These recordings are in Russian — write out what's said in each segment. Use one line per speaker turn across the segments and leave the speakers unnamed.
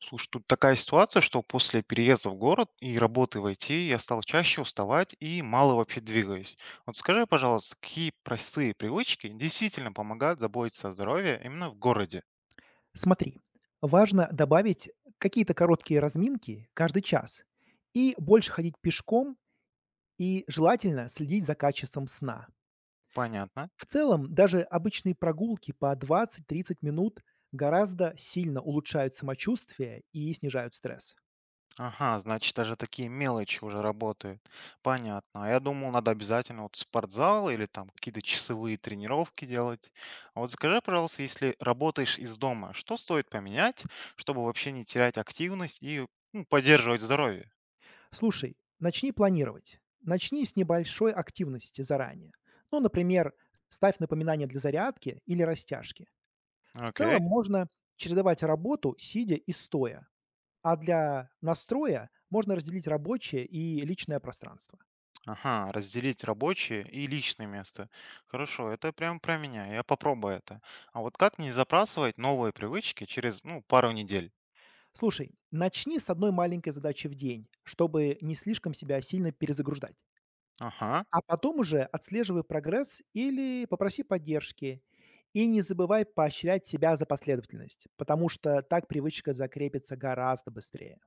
Слушай, тут такая ситуация, что после переезда в город и работы в IT я стал чаще уставать и мало вообще двигаюсь. Вот скажи, пожалуйста, какие простые привычки действительно помогают заботиться о здоровье именно в городе?
Смотри, важно добавить какие-то короткие разминки каждый час и больше ходить пешком, и желательно следить за качеством сна.
Понятно.
В целом, даже обычные прогулки по 20-30 минут гораздо сильно улучшают самочувствие и снижают стресс.
Ага, значит, даже такие мелочи уже работают. Понятно. А я думал, надо обязательно вот спортзал или там какие-то часовые тренировки делать. А вот скажи, пожалуйста, если работаешь из дома, что стоит поменять, чтобы вообще не терять активность и ну, поддерживать здоровье?
Слушай, начни планировать. Начни с небольшой активности заранее. Ну, например, ставь напоминание для зарядки или растяжки. В
Окей.
целом можно чередовать работу, сидя и стоя. А для настроя можно разделить рабочее и личное пространство.
Ага, разделить рабочее и личное место. Хорошо, это прям про меня, я попробую это. А вот как не забрасывать новые привычки через, ну, пару недель?
Слушай, начни с одной маленькой задачи в день, чтобы не слишком себя сильно перезагружать.
Ага,
А потом уже отслеживай прогресс или попроси поддержки. И не забывай поощрять себя за последовательность, потому что так привычка закрепится гораздо быстрее.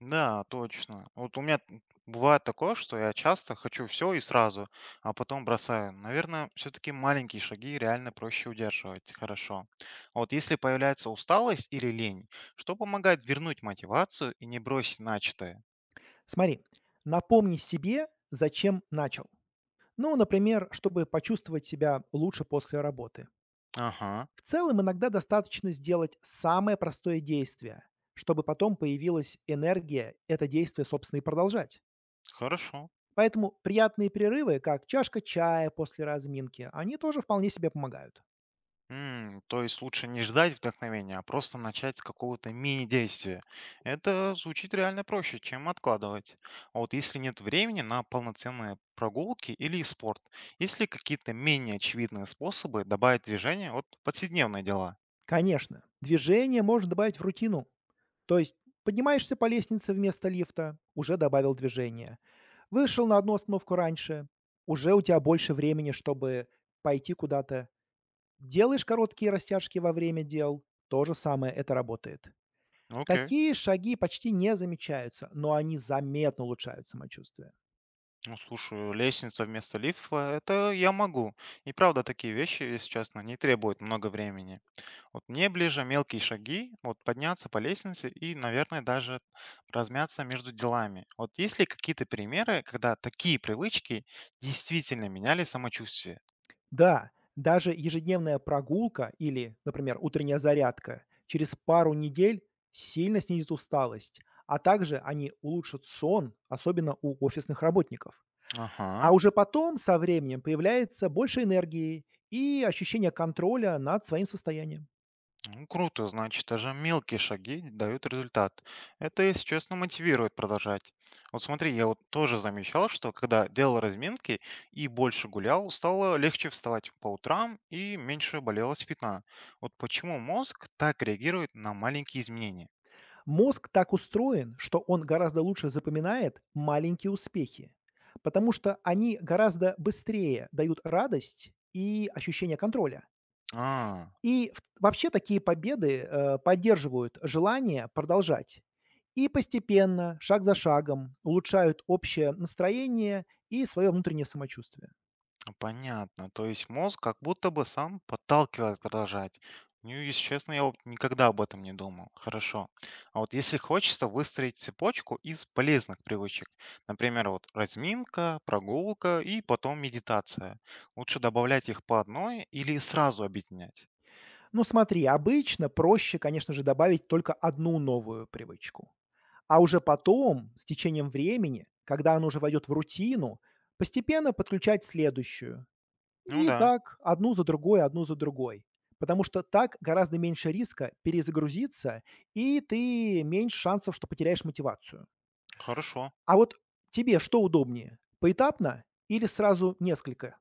да, точно. Вот у меня бывает такое, что я часто хочу все и сразу, а потом бросаю. Наверное, все-таки маленькие шаги реально проще удерживать. Хорошо. А вот если появляется усталость или лень, что помогает вернуть мотивацию и не бросить начатое?
Смотри, напомни себе, зачем начал. Ну, например, чтобы почувствовать себя лучше после работы.
Ага,
В целом иногда достаточно сделать самое простое действие, чтобы потом появилась энергия это действие, собственно, и продолжать.
хорошо.
Поэтому приятные перерывы, как чашка чая после разминки, они тоже вполне себе помогают.
То есть лучше не ждать вдохновения, а просто начать с какого-то мини-действия. Это звучит реально проще, чем откладывать. А вот если нет времени на полноценные прогулки или спорт, есть ли какие-то менее очевидные способы добавить движение от повседневные дела?
Конечно, движение можно добавить в рутину. То есть поднимаешься по лестнице вместо лифта, уже добавил движение. Вышел на одну остановку раньше, уже у тебя больше времени, чтобы пойти куда-то. Делаешь короткие растяжки во время дел, то же самое это работает.
Окей.
Такие шаги почти не замечаются, но они заметно улучшают самочувствие.
Ну, слушай, лестница вместо лифта, это я могу. И правда, такие вещи, если честно, не требуют много времени. Вот мне ближе мелкие шаги, вот подняться по лестнице и, наверное, даже размяться между делами. Вот есть ли какие-то примеры, когда такие привычки действительно меняли самочувствие?
Да, даже ежедневная прогулка или, например, утренняя зарядка через пару недель сильно снизит усталость, а также они улучшат сон, особенно у офисных работников. А
Ага,
уже потом, со временем, появляется больше энергии и ощущение контроля над своим состоянием.
ну круто, значит, даже мелкие шаги дают результат. Это, если честно, мотивирует продолжать. Вот смотри, я вот тоже замечал, что когда делал разминки и больше гулял, стало легче вставать по утрам и меньше болела спина. Вот почему мозг так реагирует на маленькие изменения?
Мозг так устроен, что он гораздо лучше запоминает маленькие успехи, потому что они гораздо быстрее дают радость и ощущение контроля.
А,
И в вообще такие победы, поддерживают желание продолжать и постепенно, шаг за шагом улучшают общее настроение и свое внутреннее самочувствие.
ну, понятно. То есть мозг как будто бы сам подталкивает продолжать. Ну, если честно, я вот никогда об этом не думал. Хорошо. А вот если хочется выстроить цепочку из полезных привычек, например, вот разминка, прогулка и потом медитация, лучше добавлять их по одной или сразу объединять?
Ну, смотри, обычно проще, конечно же, добавить только одну новую привычку. А уже потом, с течением времени, когда она уже войдет в рутину, постепенно подключать следующую.
Ну
И
да,
так одну за другой, одну за другой. Потому что так гораздо меньше риска перезагрузиться, и ты меньше шансов, что потеряешь мотивацию.
хорошо.
А вот тебе что удобнее: поэтапно или сразу несколько?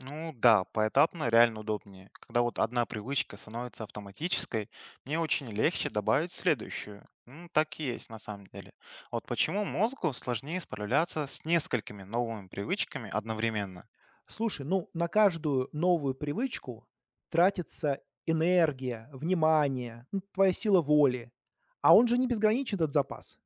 Ну да, поэтапно реально удобнее. Когда вот одна привычка становится автоматической, мне очень легче добавить следующую. Ну, так и есть на самом деле. А вот почему мозгу сложнее справляться с несколькими новыми привычками одновременно.
Слушай, ну, на каждую новую привычку тратится энергия, внимание, ну, твоя сила воли. А он же не безграничен, этот запас.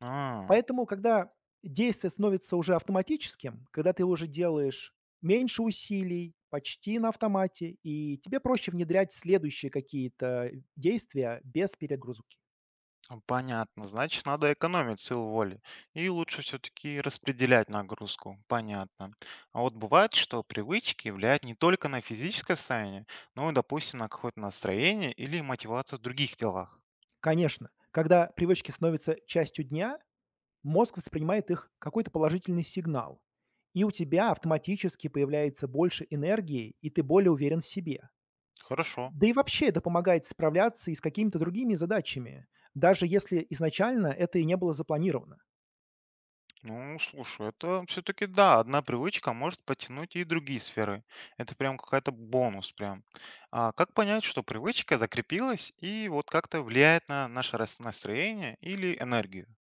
А,
Поэтому, когда действие становится уже автоматическим, когда ты уже делаешь меньше усилий, почти на автомате, и тебе проще внедрять следующие какие-то действия без перегрузки.
ну, понятно. Значит, надо экономить силу воли. И лучше все-таки распределять нагрузку. Понятно. А вот бывает, что привычки влияют не только на физическое состояние, но и, допустим, на какое-то настроение или мотивацию в других делах.
Конечно, когда привычки становятся частью дня, мозг воспринимает их какой-то положительный сигнал, и у тебя автоматически появляется больше энергии, и ты более уверен в себе.
Хорошо.
Да и вообще это помогает справляться и с какими-то другими задачами, даже если изначально это и не было запланировано.
Ну, слушай, это все-таки да, одна привычка может потянуть и другие сферы. Это прям какая-то бонус прям. А как понять, что привычка закрепилась и вот как-то влияет на наше настроение или энергию?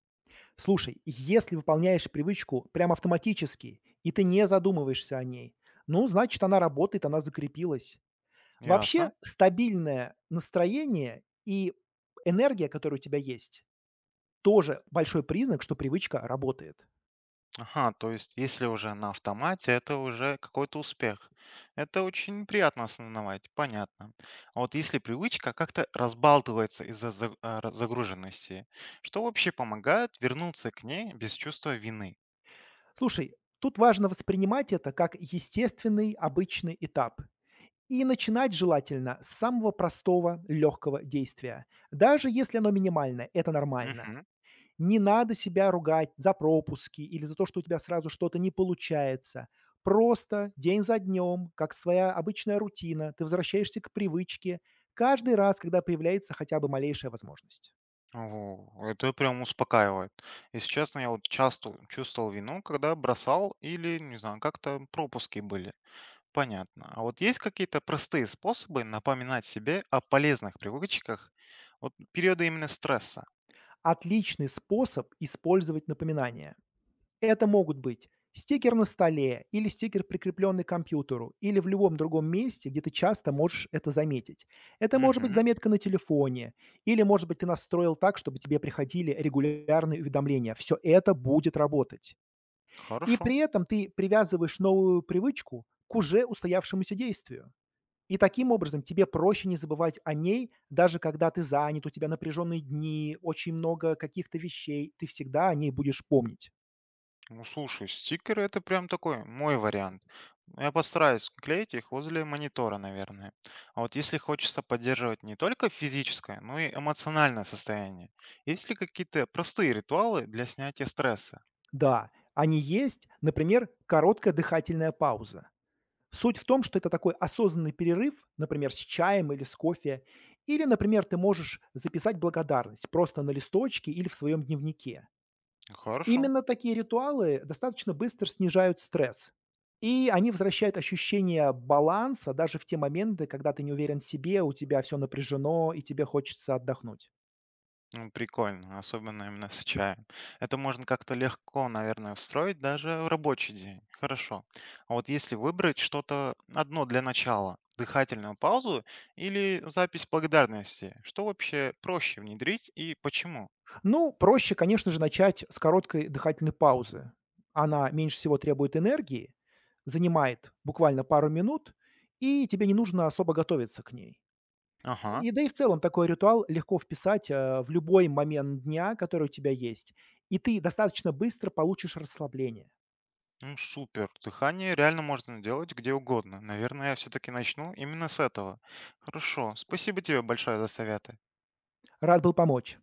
Слушай, если выполняешь привычку прям автоматически, и ты не задумываешься о ней, ну, значит, она работает, она закрепилась. Вообще,
Ясно.
стабильное настроение и энергия, которая у тебя есть, тоже большой признак, что привычка работает.
Ага, то есть если уже на автомате, это уже какой-то успех. Это очень приятно осознавать, понятно. А вот если привычка как-то разбалтывается из-за загруженности, что вообще помогает вернуться к ней без чувства вины?
Слушай, тут важно воспринимать это как естественный, обычный этап. И начинать желательно с самого простого, легкого действия. Даже если оно минимальное, это нормально. Не надо себя ругать за пропуски или за то, что у тебя сразу что-то не получается. Просто день за днем, как своя обычная рутина, ты возвращаешься к привычке каждый раз, когда появляется хотя бы малейшая возможность.
Ого, это прям успокаивает. Если честно, я вот часто чувствовал вину, когда бросал или, не знаю, как-то пропуски были. Понятно. А вот есть какие-то простые способы напоминать себе о полезных привычках вот в периоды именно стресса?
Отличный способ использовать напоминания. Это могут быть стикер на столе или стикер, прикрепленный к компьютеру, или в любом другом месте, где ты часто можешь это заметить. Это может быть
Угу,
заметка на телефоне, или, может быть, ты настроил так, чтобы тебе приходили регулярные уведомления. Все это будет работать. И
хорошо.
при этом ты привязываешь новую привычку к уже устоявшемуся действию. И таким образом тебе проще не забывать о ней, даже когда ты занят, у тебя напряженные дни, очень много каких-то вещей, ты всегда о ней будешь помнить.
Ну, слушай, стикеры это прям такой мой вариант. Ну, я постараюсь клеить их возле монитора, наверное. А вот если хочется поддерживать не только физическое, но и эмоциональное состояние, есть ли какие-то простые ритуалы для снятия стресса?
Да, они есть. Например, короткая дыхательная пауза. Суть в том, что это такой осознанный перерыв, например, с чаем или с кофе. Или, например, ты можешь записать благодарность просто на листочке или в своем дневнике.
Хорошо.
Именно такие ритуалы достаточно быстро снижают стресс. И они возвращают ощущение баланса даже в те моменты, когда ты не уверен в себе, у тебя все напряжено и тебе хочется отдохнуть.
Ну, прикольно, особенно именно с чаем. Это можно как-то легко, наверное, встроить даже в рабочий день. Хорошо. А вот если выбрать что-то одно для начала, дыхательную паузу или запись благодарности, что вообще проще внедрить и почему?
Ну, проще, конечно же, начать с короткой дыхательной паузы. Она меньше всего требует энергии, занимает буквально пару минут, и тебе не нужно особо готовиться к ней.
Ага,
И да и в целом такой ритуал легко вписать в любой момент дня, который у тебя есть. И ты достаточно быстро получишь расслабление.
ну супер. Дыхание реально можно делать где угодно. Наверное, я все-таки начну именно с этого. Хорошо, спасибо тебе большое за советы.
Рад был помочь.